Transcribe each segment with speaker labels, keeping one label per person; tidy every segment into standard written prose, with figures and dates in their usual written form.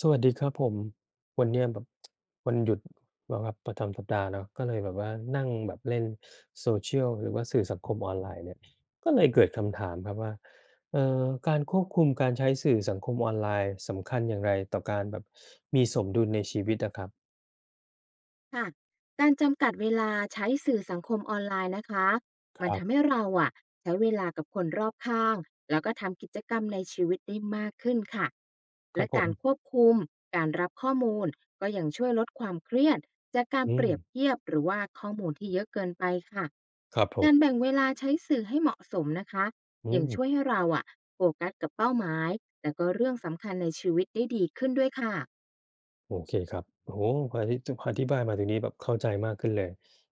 Speaker 1: สวัสดีครับผมวันเนี้ยแบบวันหยุดแบบว่าประจำสัปดาห์เนาะก็เลยแบบว่านั่งแบบเล่นโซเชียลหรือว่าสื่อสังคมออนไลน์เนี่ยก็เลยเกิดคำถามครับว่าการควบคุมการใช้สื่อสังคมออนไลน์สำคัญอย่างไรต่อการแบบมีสมดุลในชีวิตนะครับ
Speaker 2: ค่ะการจำกัดเวลาใช้สื่อสังคมออนไลน์นะคะ
Speaker 1: ค
Speaker 2: มัน
Speaker 1: รั
Speaker 2: ทำ
Speaker 1: บ
Speaker 2: ให้เราอะใช้เวลากับคนรอบข้างแล้วก็ทำกิจกรรมในชีวิตได้มากขึ้นค่ะ
Speaker 1: ครั
Speaker 2: และ
Speaker 1: บผ
Speaker 2: กา
Speaker 1: ม
Speaker 2: รควบคุมการรับข้อมูลก็ยังช่วยลดความเครียดจากการ
Speaker 1: อื
Speaker 2: เป
Speaker 1: ม
Speaker 2: รียบเทียบหรือว่าข้อมูลที่เยอะเกินไปค่ะ
Speaker 1: ครับผ
Speaker 2: การ
Speaker 1: ม
Speaker 2: แบ่งเวลาใช้สื่อให้เหมาะสมนะคะ
Speaker 1: อื
Speaker 2: ยัง
Speaker 1: ม
Speaker 2: ช่วยให้เราอะโฟกัสกับเป้าหมายแต่ก็เรื่องสำคัญในชีวิตได้ดีขึ้นด้วยค่ะ
Speaker 1: โอเคครับโอ้โฮพอที่พออธิบายมาตรงนี้แบบเข้าใจมากขึ้นเลย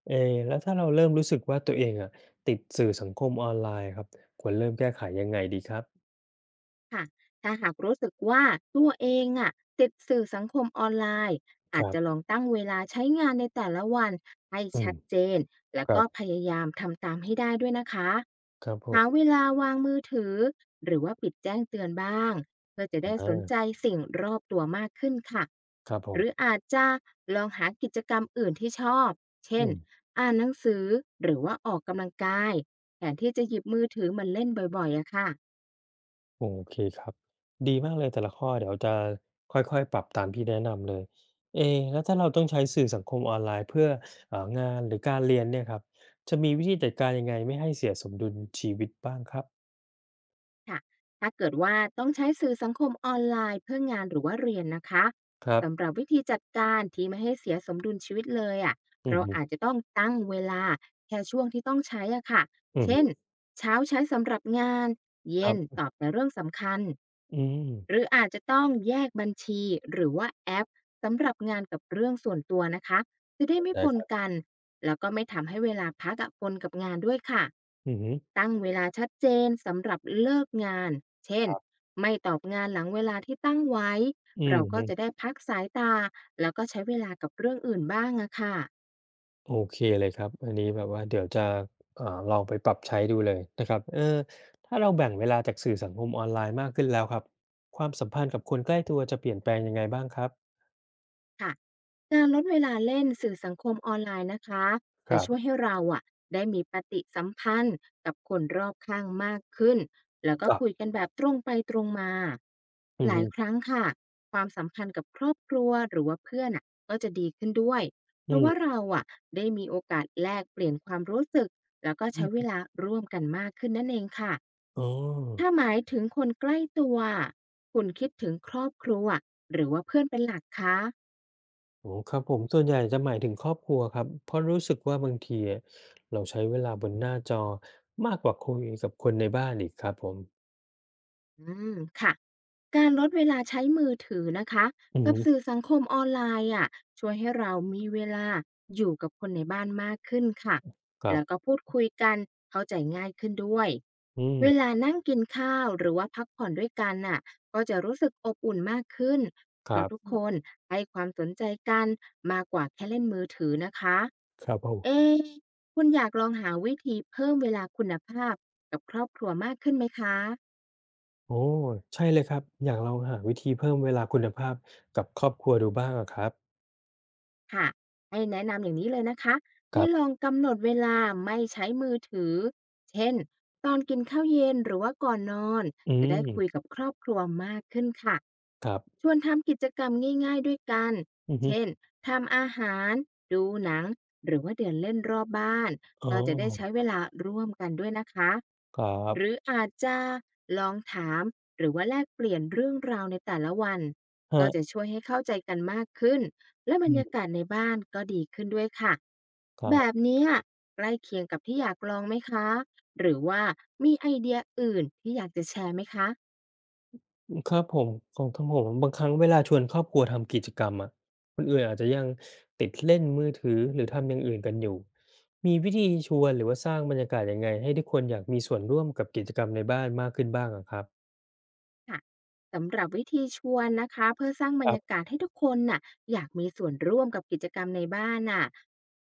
Speaker 1: เอะแล้วถ้าเราเริ่มรู้สึกว่าตัวเองอะติดสื่อสังคมออนไลน์ครับควรเริ่มแก้ไขยังไงดีครับ
Speaker 2: ค่ะถ้าหากรู้สึกว่าตัวเองอะติดสื่อสังคมออนไลน์
Speaker 1: ค
Speaker 2: อาจ
Speaker 1: รั
Speaker 2: จะล
Speaker 1: บ
Speaker 2: องตั้งเวลาใช้งานในแต่ละวันให้
Speaker 1: อืม
Speaker 2: ชัดเจนแล
Speaker 1: ค
Speaker 2: ว
Speaker 1: รั
Speaker 2: ก็
Speaker 1: บ
Speaker 2: พยายามทำตามให้ได้ด้วยนะคะ
Speaker 1: ครับผ
Speaker 2: หาเว
Speaker 1: ม
Speaker 2: ลาวางมือถือหรือว่าปิดแจ้งเตือนบ้างเพื่อจะ
Speaker 1: อ
Speaker 2: ได้สนใจ
Speaker 1: า
Speaker 2: สิ่งรอบตัวมากขึ้นค่ะ
Speaker 1: ครับผ
Speaker 2: หรือ
Speaker 1: ม
Speaker 2: อาจจะลองหากิจกรรมอื่นที่ชอบ
Speaker 1: อื
Speaker 2: เช่น
Speaker 1: ม
Speaker 2: อ่านหนังสือหรือว่าออกกำลังกายแทนที่จะหยิบมือถือมันเล่นบ่อยๆอะค่ะ
Speaker 1: โอเคครับดีมากเลยแต่ละข้อเดี๋ยวจะค่อยๆปรับตามที่แนะนำเลยเอะแล้วถ้าเราต้องใช้สื่อสังคมออนไลน์เพื่องานหรือการเรียนเนี่ยครับจะมีวิธีจัดการยังไงไม่ให้เสียสมดุลชีวิตบ้างครับ
Speaker 2: ค่ะถ้าเกิดว่าต้องใช้สื่อสังคมออนไลน์เพื่องานหรือว่าเรียนนะคะ
Speaker 1: ครั
Speaker 2: สำห
Speaker 1: บ
Speaker 2: รับวิธีจัดการที่ไม่ให้เสียสมดุลชีวิตเลยอ่ะ
Speaker 1: อื
Speaker 2: เรา
Speaker 1: อ
Speaker 2: อาจจะต้องตั้งเวลาแค่ช่วงที่ต้องใช้อ่ะค่ะ
Speaker 1: อื
Speaker 2: เช่น
Speaker 1: อ
Speaker 2: เช้าใช้สำหรับงาน
Speaker 1: ค
Speaker 2: เย็
Speaker 1: รั
Speaker 2: น
Speaker 1: บ
Speaker 2: ตอบแต่เรื่องสำคัญ
Speaker 1: อืม
Speaker 2: หรืออาจจะต้องแยกบัญชีหรือว่าแอปสำหรับงานกับเรื่องส่วนตัวนะคะจะได้ไม่
Speaker 1: ได้
Speaker 2: ป
Speaker 1: ค
Speaker 2: น
Speaker 1: รับ
Speaker 2: กันแล้วก็ไม่ทำให้เวลาพักอะปนกับงานด้วยค่ะ
Speaker 1: อือฮึ
Speaker 2: ตั้งเวลาชัดเจนสำหรับเลิกงานเช่
Speaker 1: ค
Speaker 2: น
Speaker 1: รับ
Speaker 2: ไม่ตอบงานหลังเวลาที่ตั้งไว้
Speaker 1: อือ
Speaker 2: เราก็
Speaker 1: ฮึ
Speaker 2: จะได้พักสายตาแล้วก็ใช้เวลากับเรื่องอื่นบ้างอะค่ะ
Speaker 1: โอเคเลยครับอันนี้แบบว่าเดี๋ยวจะอ่าลองไปปรับใช้ดูเลยนะครับเออถ้าเราแบ่งเวลาจากสื่อสังคมออนไลน์มากขึ้นแล้วครับความสัมพันธ์กับคนใกล้ตัวจะเปลี่ยนแปลงยังไงบ้างครับ
Speaker 2: ค่ะ การลดเวลาเล่นสื่อสังคมออนไลน์นะคะ
Speaker 1: ค
Speaker 2: จะ
Speaker 1: รับ
Speaker 2: ช่วยให้เราอะได้มีปฏิสัมพันธ์กับคนรอบข้างมากขึ้นแล้วก็
Speaker 1: ครั
Speaker 2: คุย
Speaker 1: บ
Speaker 2: กันแบบตรงไปตรงมา
Speaker 1: อือ
Speaker 2: หลา
Speaker 1: ฮึ
Speaker 2: ยครั้งค่ะความสัมพันธ์กับครอบครัวหรือว่าเพื่อนอะก็จะดีขึ้นด้วยเพ
Speaker 1: อื
Speaker 2: ราะว่า
Speaker 1: ม
Speaker 2: เราอะได้มีโอกาสแลกเปลี่ยนความรู้สึกแล้วก็
Speaker 1: อื
Speaker 2: ใช้เว
Speaker 1: ม
Speaker 2: ลาร่วมกันมากขึ้นนั่นเองค่ะ
Speaker 1: อ๋อ
Speaker 2: ถ้าหมายถึงคนใกล้ตัวคุณคิดถึงครอบครัวหรือว่าเพื่อนเป็นหลักคะ
Speaker 1: โอ้โฮครับผมส่วนใหญ่จะหมายถึงครอบครัวครับเพราะรู้สึกว่าบางทีอะเราใช้เวลาบนหน้าจอมากกว่าคุยกับคนในบ้านอีกครับผม
Speaker 2: อืมค่ะการลดเวลาใช้มือถือนะคะ
Speaker 1: อือ
Speaker 2: กับ
Speaker 1: ฮึ
Speaker 2: สื่อสังคมออนไลน์อ่ะช่วยให้เรามีเวลาอยู่กับคนในบ้านมากขึ้นค่ะ
Speaker 1: ครั
Speaker 2: แล้วก็
Speaker 1: บ
Speaker 2: พูดคุยกันเข้าใจง่ายขึ้นด้วย
Speaker 1: อืม
Speaker 2: เวลานั่งกินข้าวหรือว่าพักผ่อนด้วยกันน่ะก็จะรู้สึกอบอุ่นมากขึ้น
Speaker 1: ค
Speaker 2: เพ
Speaker 1: รั
Speaker 2: ราะทุก
Speaker 1: บ
Speaker 2: คนให้ความสนใจกันมากกว่าแค่เล่นมือถือนะคะ
Speaker 1: ครับผม
Speaker 2: เอ๊ะคุณอยากลองหาวิธีเพิ่มเวลาคุณภาพกับครอบครัวมากขึ้นไหมคะ
Speaker 1: โอ้ใช่เลยครับอยากลองหาวิธีเพิ่มเวลาคุณภาพกับครอบครัวดูบ้างอะครับ
Speaker 2: ค่ะให้แนะนำอย่างนี้เลยนะคะ
Speaker 1: ค
Speaker 2: ให้
Speaker 1: รั
Speaker 2: ล
Speaker 1: บ
Speaker 2: องกำหนดเวลาไม่ใช้มือถือเช่นตอนกินข้าวเย็นหรือว่าก่อนนอน
Speaker 1: อื
Speaker 2: จะได้คุย
Speaker 1: ม
Speaker 2: กับครอบครัวมากขึ้นค่ะ
Speaker 1: ครับ
Speaker 2: ชวนทำกิจกรรมง่ายๆด้วยกัน
Speaker 1: อือฮึ
Speaker 2: เช่นทำอาหารดูหนังหรือว่าเดินเล่นรอบบ้าน
Speaker 1: อ๋อ
Speaker 2: ก็จะได้ใช้เวลาร่วมกันด้วยนะคะ
Speaker 1: ครั
Speaker 2: หรื
Speaker 1: บ
Speaker 2: ออาจจะลองถามหรือว่าแลกเปลี่ยนเรื่องราวในแต่ละวัน
Speaker 1: ค
Speaker 2: ก็
Speaker 1: รั
Speaker 2: จะ
Speaker 1: บ
Speaker 2: ช่วยให้เข้าใจกันมากขึ้น และบร
Speaker 1: อื
Speaker 2: รยา
Speaker 1: ม
Speaker 2: กาศในบ้านก็ดีขึ้นด้วยค่ะ
Speaker 1: ครั
Speaker 2: แบบ
Speaker 1: บ
Speaker 2: เนี้อใกล้เคียงกับที่อยากลองไหมคะหรือว่ามีไอเดียอื่นที่อยากจะแชร์ไหมคะ
Speaker 1: ครับผมของทางผมบางครั้งเวลาชวนครอบครัวทำกิจกรรมอะคนอื่นอาจจะยังติดเล่นมือถือหรือทำอย่างอื่นกันอยู่มีวิธีชวนหรือว่าสร้างบรรยากาศยังไงให้ทุกคนอยากมีส่วนร่วมกับกิจกรรมในบ้านมากขึ้นบ้างอะครับ
Speaker 2: ค่ะสำหรับวิธีชวนนะคะเพื่อสร้างบ
Speaker 1: ค
Speaker 2: ร
Speaker 1: รั
Speaker 2: รยา
Speaker 1: บ
Speaker 2: กาศให้ทุกคนน่ะอยากมีส่วนร่วมกับกิจกรรมในบ้านน่ะ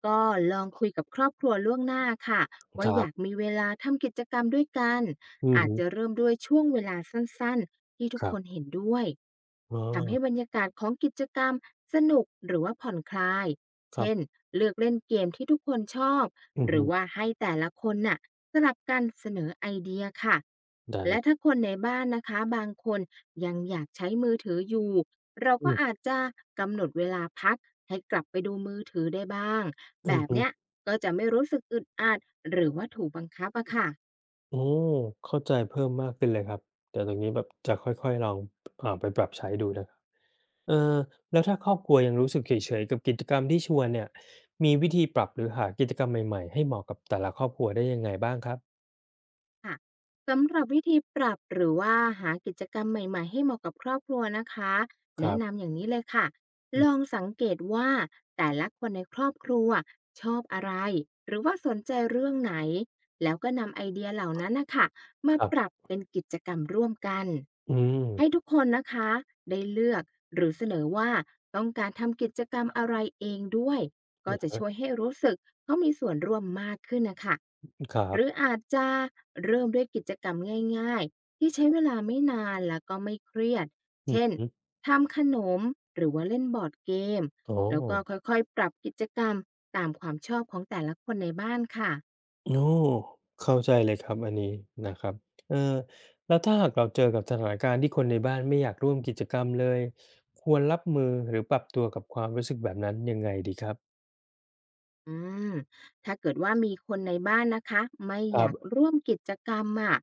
Speaker 2: ก็ลองคุยกับครอบครัวล่วงหน้าค่ะ
Speaker 1: ค
Speaker 2: ว่า
Speaker 1: รั
Speaker 2: อยาก
Speaker 1: บ
Speaker 2: มีเวลาทำกิจกรรมด้วยกัน
Speaker 1: อือ
Speaker 2: อาจ
Speaker 1: ฮึ
Speaker 2: จะเริ่มด้วยช่วงเวลาสั้นๆที่ทุ
Speaker 1: ค
Speaker 2: ก
Speaker 1: รั
Speaker 2: คน
Speaker 1: บ
Speaker 2: เห็นด้วย
Speaker 1: อ๋
Speaker 2: ทำให้บร
Speaker 1: อ
Speaker 2: รยากาศของกิจกรรมสนุกหรือว่าผ่อนคลาย
Speaker 1: ครั
Speaker 2: เช่น
Speaker 1: บ
Speaker 2: เลือกเล่นเกมที่ทุกคนชอบ
Speaker 1: อือ
Speaker 2: หรื
Speaker 1: ฮึ
Speaker 2: อว่าให้แต่ละคนน่ะสลับกันเสนอไอเดียค่ะ
Speaker 1: ได้เล
Speaker 2: และ
Speaker 1: ย
Speaker 2: ถ้าคนในบ้านนะคะบางคนยังอยากใช้มือถืออยู่เรา
Speaker 1: อื
Speaker 2: ก็อา
Speaker 1: ม
Speaker 2: จจะกำหนดเวลาพักให้กลับไปดูมือถือได้บ้างแบ
Speaker 1: อือ
Speaker 2: บ
Speaker 1: ฮึ
Speaker 2: เนี้ยก็จะไม่รู้สึกอึดอัดหรือว่าถูกบังคับอะค่ะ
Speaker 1: โอ้เข้าใจเพิ่มมากขึ้นเลยครับเดี๋ยวตรงนี้แบบจะค่อยๆลองไปปรับใช้ดูนะครับเออแล้วถ้าครอบครัวยังรู้สึกเฉยๆกับกิจกรรมที่ชวนเนี่ยมีวิธีปรับหรือหากิจกรรมใหม่ๆให้เหมาะกับแต่ละครอบครัวได้ยังไงบ้างครับ
Speaker 2: ค่ะสำหรับวิธีปรับหรือว่าหากิจกรรมใหม่ๆให้เหมาะกับครอบครัวนะคะ
Speaker 1: ค
Speaker 2: แนะ
Speaker 1: รั
Speaker 2: นำ
Speaker 1: บ
Speaker 2: อย่างนี้เลยค่ะ
Speaker 1: อื
Speaker 2: ลอง
Speaker 1: ม
Speaker 2: สังเกตว่าแต่ละคนในครอบครัวชอบอะไรหรือว่าสนใจเรื่องไหนแล้วก็นำไอเดียเหล่านั้นนะคะ
Speaker 1: ค
Speaker 2: มา
Speaker 1: รั
Speaker 2: ปรับ
Speaker 1: บ
Speaker 2: เป็นกิจกรรมร่วมกัน
Speaker 1: อืม
Speaker 2: ให้ทุกคนนะคะได้เลือกหรือเสนอว่าต้องการทำกิจกรรมอะไรเองด้วย ก็
Speaker 1: อะ
Speaker 2: จะช่วย
Speaker 1: ฮะ
Speaker 2: ให้รู้สึกเขามีส่วนร่วมมากขึ้นนะคะ
Speaker 1: ค
Speaker 2: ห
Speaker 1: รั
Speaker 2: รือ
Speaker 1: บ
Speaker 2: อาจจะเริ่มด้วยกิจกรรมง่ายๆที่ใช้เวลาไม่นานแล้วก็ไม่เครียด
Speaker 1: อือ
Speaker 2: เช่น
Speaker 1: ฮึ
Speaker 2: ทำขนมหรือว่าเล่นบอร์ดเกม
Speaker 1: อ๋อ
Speaker 2: แล้วก็ค่อยๆปรับกิจกรรมตามความชอบของแต่ละคนในบ้านค่ะ
Speaker 1: โอ้เข้าใจเลยครับอันนี้นะครับเออแล้วถ้าหากเราเจอกับสถานการณ์ที่คนในบ้านไม่อยากร่วมกิจกรรมเลยควรรับมือหรือปรับตัวกับความรู้สึกแบบนั้นยังไงดีครับ
Speaker 2: อืมถ้าเกิดว่ามีคนในบ้านนะคะไม่
Speaker 1: ค
Speaker 2: อ
Speaker 1: รับ
Speaker 2: ยากร่วมกิจกรรมอะ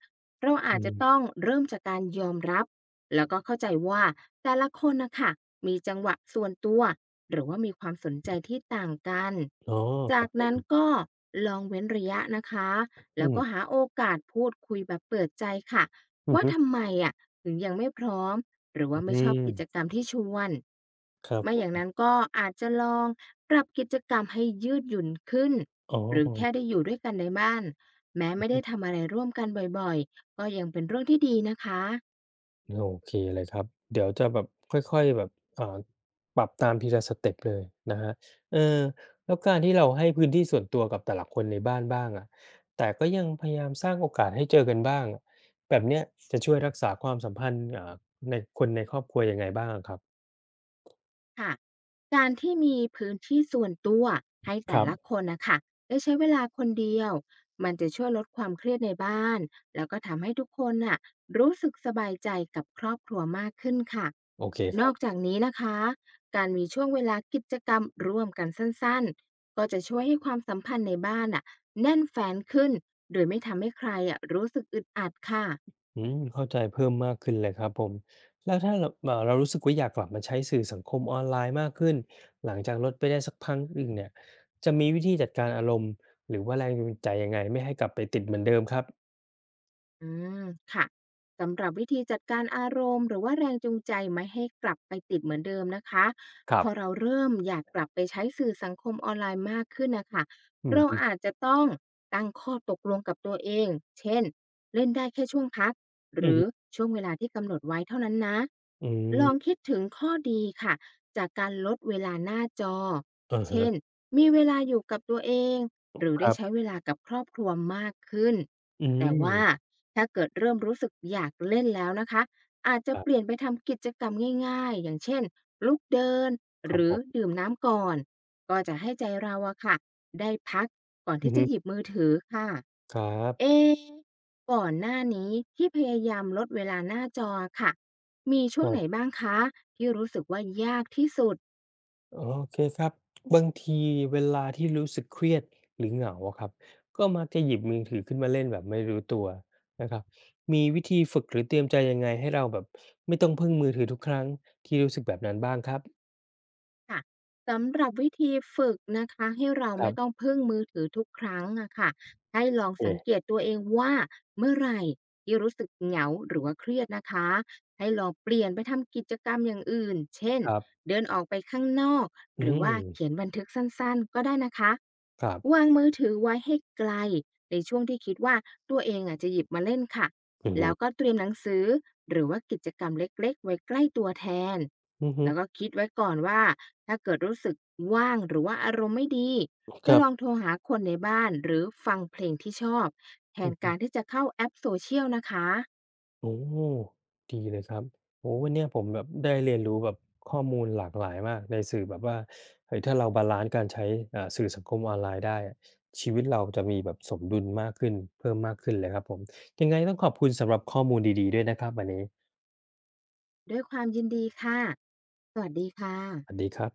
Speaker 2: เรา
Speaker 1: อื
Speaker 2: อาจจะ
Speaker 1: ม
Speaker 2: ต้องเริ่มจากการยอมรับแล้วก็เข้าใจว่าแต่ละคนนะคะมีจังหวะส่วนตัวหรือว่ามีความสนใจที่ต่างกัน
Speaker 1: อ๋อค
Speaker 2: จา
Speaker 1: รับ
Speaker 2: ก
Speaker 1: ผม
Speaker 2: นั้นก็ลองเว้นระยะนะคะ
Speaker 1: อื
Speaker 2: แล้ว
Speaker 1: ม
Speaker 2: ก็หาโอกาสพูดคุยแบบเปิดใจค่ะ
Speaker 1: อือ
Speaker 2: ว่า
Speaker 1: ฮึ
Speaker 2: ทำไมอะ ถึงยังไม่พร้อมหรือว่า
Speaker 1: อื
Speaker 2: ไม่ชอบกิจ
Speaker 1: ม
Speaker 2: กรรมที่ชวน
Speaker 1: ครับ
Speaker 2: ไม่
Speaker 1: ผ
Speaker 2: อย่าง
Speaker 1: ม
Speaker 2: นั้นก็อาจจะลองปรับกิจกรรมให้ยืดหยุ่นขึ้น
Speaker 1: อ๋อ
Speaker 2: หรือ
Speaker 1: อื
Speaker 2: แค่ได้อยู่ด้วยกันในบ้านแม้
Speaker 1: อ
Speaker 2: ไม่ได้
Speaker 1: ฮึ
Speaker 2: ทำอะไรร่วมกันบ่อยๆก็ยังเป็นเรื่องที่ดีนะคะ
Speaker 1: โอเคเลยครับเดี๋ยวจะแบบค่อยๆแบบเอ่อปรับตามทีละสเต็ปเลยนะฮะเออแล้วการที่เราให้พื้นที่ส่วนตัวกับแต่ละคนในบ้านบ้างอะแต่ก็ยังพยายามสร้างโอกาสให้เจอกันบ้างอะแบบเนี้ยจะช่วยรักษาความสัมพันธ์ในคนในครอบครัวยังไงบ้างอะครับ
Speaker 2: ค่ะการที่มีพื้นที่ส่วนตัวให้
Speaker 1: ค
Speaker 2: แต่
Speaker 1: รั
Speaker 2: ละ
Speaker 1: บ
Speaker 2: คนนะคะได้ใช้เวลาคนเดียวมันจะช่วยลดความเครียดในบ้านแล้วก็ทำให้ทุกคนน่ะรู้สึกสบายใจกับครอบครัวมากขึ้นค่ะ
Speaker 1: โอเคค
Speaker 2: น
Speaker 1: รั
Speaker 2: อก
Speaker 1: บ
Speaker 2: จากนี้นะคะการมีช่วงเวลากิจกรรมร่วมกันสั้นๆก็จะช่วยให้ความสัมพันธ์ในบ้านน่ะแน่นแฟนขึ้นโดยไม่ทำให้ใครอะรู้สึกอึดอัดค่ะ
Speaker 1: อืมเข้าใจเพิ่มมากขึ้นเลยครับผมแล้วถ้าเราเรารู้สึกว่าอยากกลับมาใช้สื่อสังคมออนไลน์มากขึ้นหลังจากลดไปได้สักพักหนึ่งเนี่ยจะมีวิธีจัดการอารมณ์หรือว่าแรงจูงใจยังไงไม่ให้กลับไปติดเหมือนเดิมครับ
Speaker 2: อืมค่ะสำหรับวิธีจัดการอารมณ์หรือว่าแรงจูงใจไม่ให้กลับไปติดเหมือนเดิมนะคะ
Speaker 1: ครั
Speaker 2: พ
Speaker 1: บ
Speaker 2: อเราเริ่มอยากกลับไปใช้สื่อสังคมออนไลน์มากขึ้นนะคะ
Speaker 1: อือ
Speaker 2: เรา
Speaker 1: ฮึ
Speaker 2: อาจจะต้องตั้งข้อตกลงกับตัวเองเช่นเล่นได้แค่ช่วงพักห
Speaker 1: อือ
Speaker 2: รือ
Speaker 1: ฮึ
Speaker 2: ช่วงเวลาที่กำหนดไว้เท่านั้นนะ
Speaker 1: อื
Speaker 2: ลอง
Speaker 1: ม
Speaker 2: คิดถึงข้อดีค่ะจากการลดเวลาหน้าจอ
Speaker 1: อะ
Speaker 2: เช่น
Speaker 1: ฮะ
Speaker 2: มีเวลาอยู่กับตัวเองหรือ
Speaker 1: ค
Speaker 2: ได้
Speaker 1: รั
Speaker 2: ใช้
Speaker 1: บ
Speaker 2: เวลากับครอบครัวมากขึ้น
Speaker 1: อื
Speaker 2: แต่ว่า
Speaker 1: ม
Speaker 2: ถ้าเกิดเริ่มรู้สึกอยากเล่นแล้วนะคะอาจจะ
Speaker 1: ครั
Speaker 2: เปลี่
Speaker 1: บ
Speaker 2: ยนไปทำกิจกรรมง่ายๆอย่างเช่นลุกเดิน
Speaker 1: ค
Speaker 2: ห
Speaker 1: รับ
Speaker 2: รื
Speaker 1: ผ
Speaker 2: อ
Speaker 1: ม
Speaker 2: ดื่มน้ำก่อนก็จะให้ใจเราอะค่ะได้พักก่อน
Speaker 1: อือ
Speaker 2: ที่จะ
Speaker 1: ฮึ
Speaker 2: หยิบมือถือค่ะ
Speaker 1: ครั
Speaker 2: เอ
Speaker 1: บ
Speaker 2: ะก่อนหน้านี้ที่พยายามลดเวลาหน้าจอค่ะมี
Speaker 1: ค
Speaker 2: ช่วง
Speaker 1: รั
Speaker 2: ไหน
Speaker 1: บ
Speaker 2: บ้างคะที่รู้สึกว่ายากที่สุด
Speaker 1: โอเคครับบางทีเวลาที่รู้สึกเครียดหรือเหงาอะครับก็มักจะหยิบมือถือขึ้นมาเล่นแบบไม่รู้ตัวนะครับมีวิธีฝึกหรือเตรียมใจยังไงให้เราแบบไม่ต้องพึ่งมือถือทุกครั้งที่รู้สึกแบบนั้นบ้างครับ
Speaker 2: ค่ะสำหรับวิธีฝึกนะคะให้เรา
Speaker 1: ครั
Speaker 2: ไม่ต้อ
Speaker 1: บ
Speaker 2: งพึ่งมือถือทุกครั้งอะค่ะให้ล
Speaker 1: โอ
Speaker 2: องสังเก
Speaker 1: เค
Speaker 2: ตตัวเองว่าเมื่อไหร่ที่รู้สึกเหงาหรือว่าเครียดนะคะให้ลองเปลี่ยนไปทำกิจกรรมอย่างอื่นเช่น
Speaker 1: ครับ
Speaker 2: เดินออกไปข้างนอกห
Speaker 1: อื
Speaker 2: รือ
Speaker 1: ม
Speaker 2: ว่าเขียนบันทึกสั้นๆก็ได้นะคะ
Speaker 1: ครับ
Speaker 2: วางมือถือไว้ให้ไกลในช่วงที่คิดว่าตัวเองอะจะหยิบมาเล่นค่ะ
Speaker 1: อือฮึ
Speaker 2: แล้วก็เตรียมหนังสือหรือว่ากิจกรรมเล็กๆไว้ใกล้ตัวแทน
Speaker 1: อือฮึ
Speaker 2: แล้วก็คิดไว้ก่อนว่า ถ้าเกิดรู้สึกว่างหรือว่าอารมณ์ไม่ดี
Speaker 1: ค
Speaker 2: จะ
Speaker 1: รั
Speaker 2: ลอง
Speaker 1: บ
Speaker 2: โทรหาคนในบ้านหรือฟังเพลงที่ชอบแทนการที่จะเข้าแอปโซเชียลนะคะ
Speaker 1: โอ้ดีเลยครับโอ้วันเนี้ยผมแบบได้เรียนรู้แบบข้อมูลหลากหลายมากในสื่อแบบว่าเฮ้ยถ้าเราบาลันซ์การใช้สื่อสังคมออนไลน์ได้อะชีวิตเราจะมีแบบสมดุลมากขึ้นเพิ่มมากขึ้นเลยครับผมยังไงต้องขอบคุณสำหรับข้อมูลดีๆด้วยนะครับวันนี้
Speaker 2: ด้วยความยินดีค่ะสวัสดีค่ะ
Speaker 1: สวัสดีครับ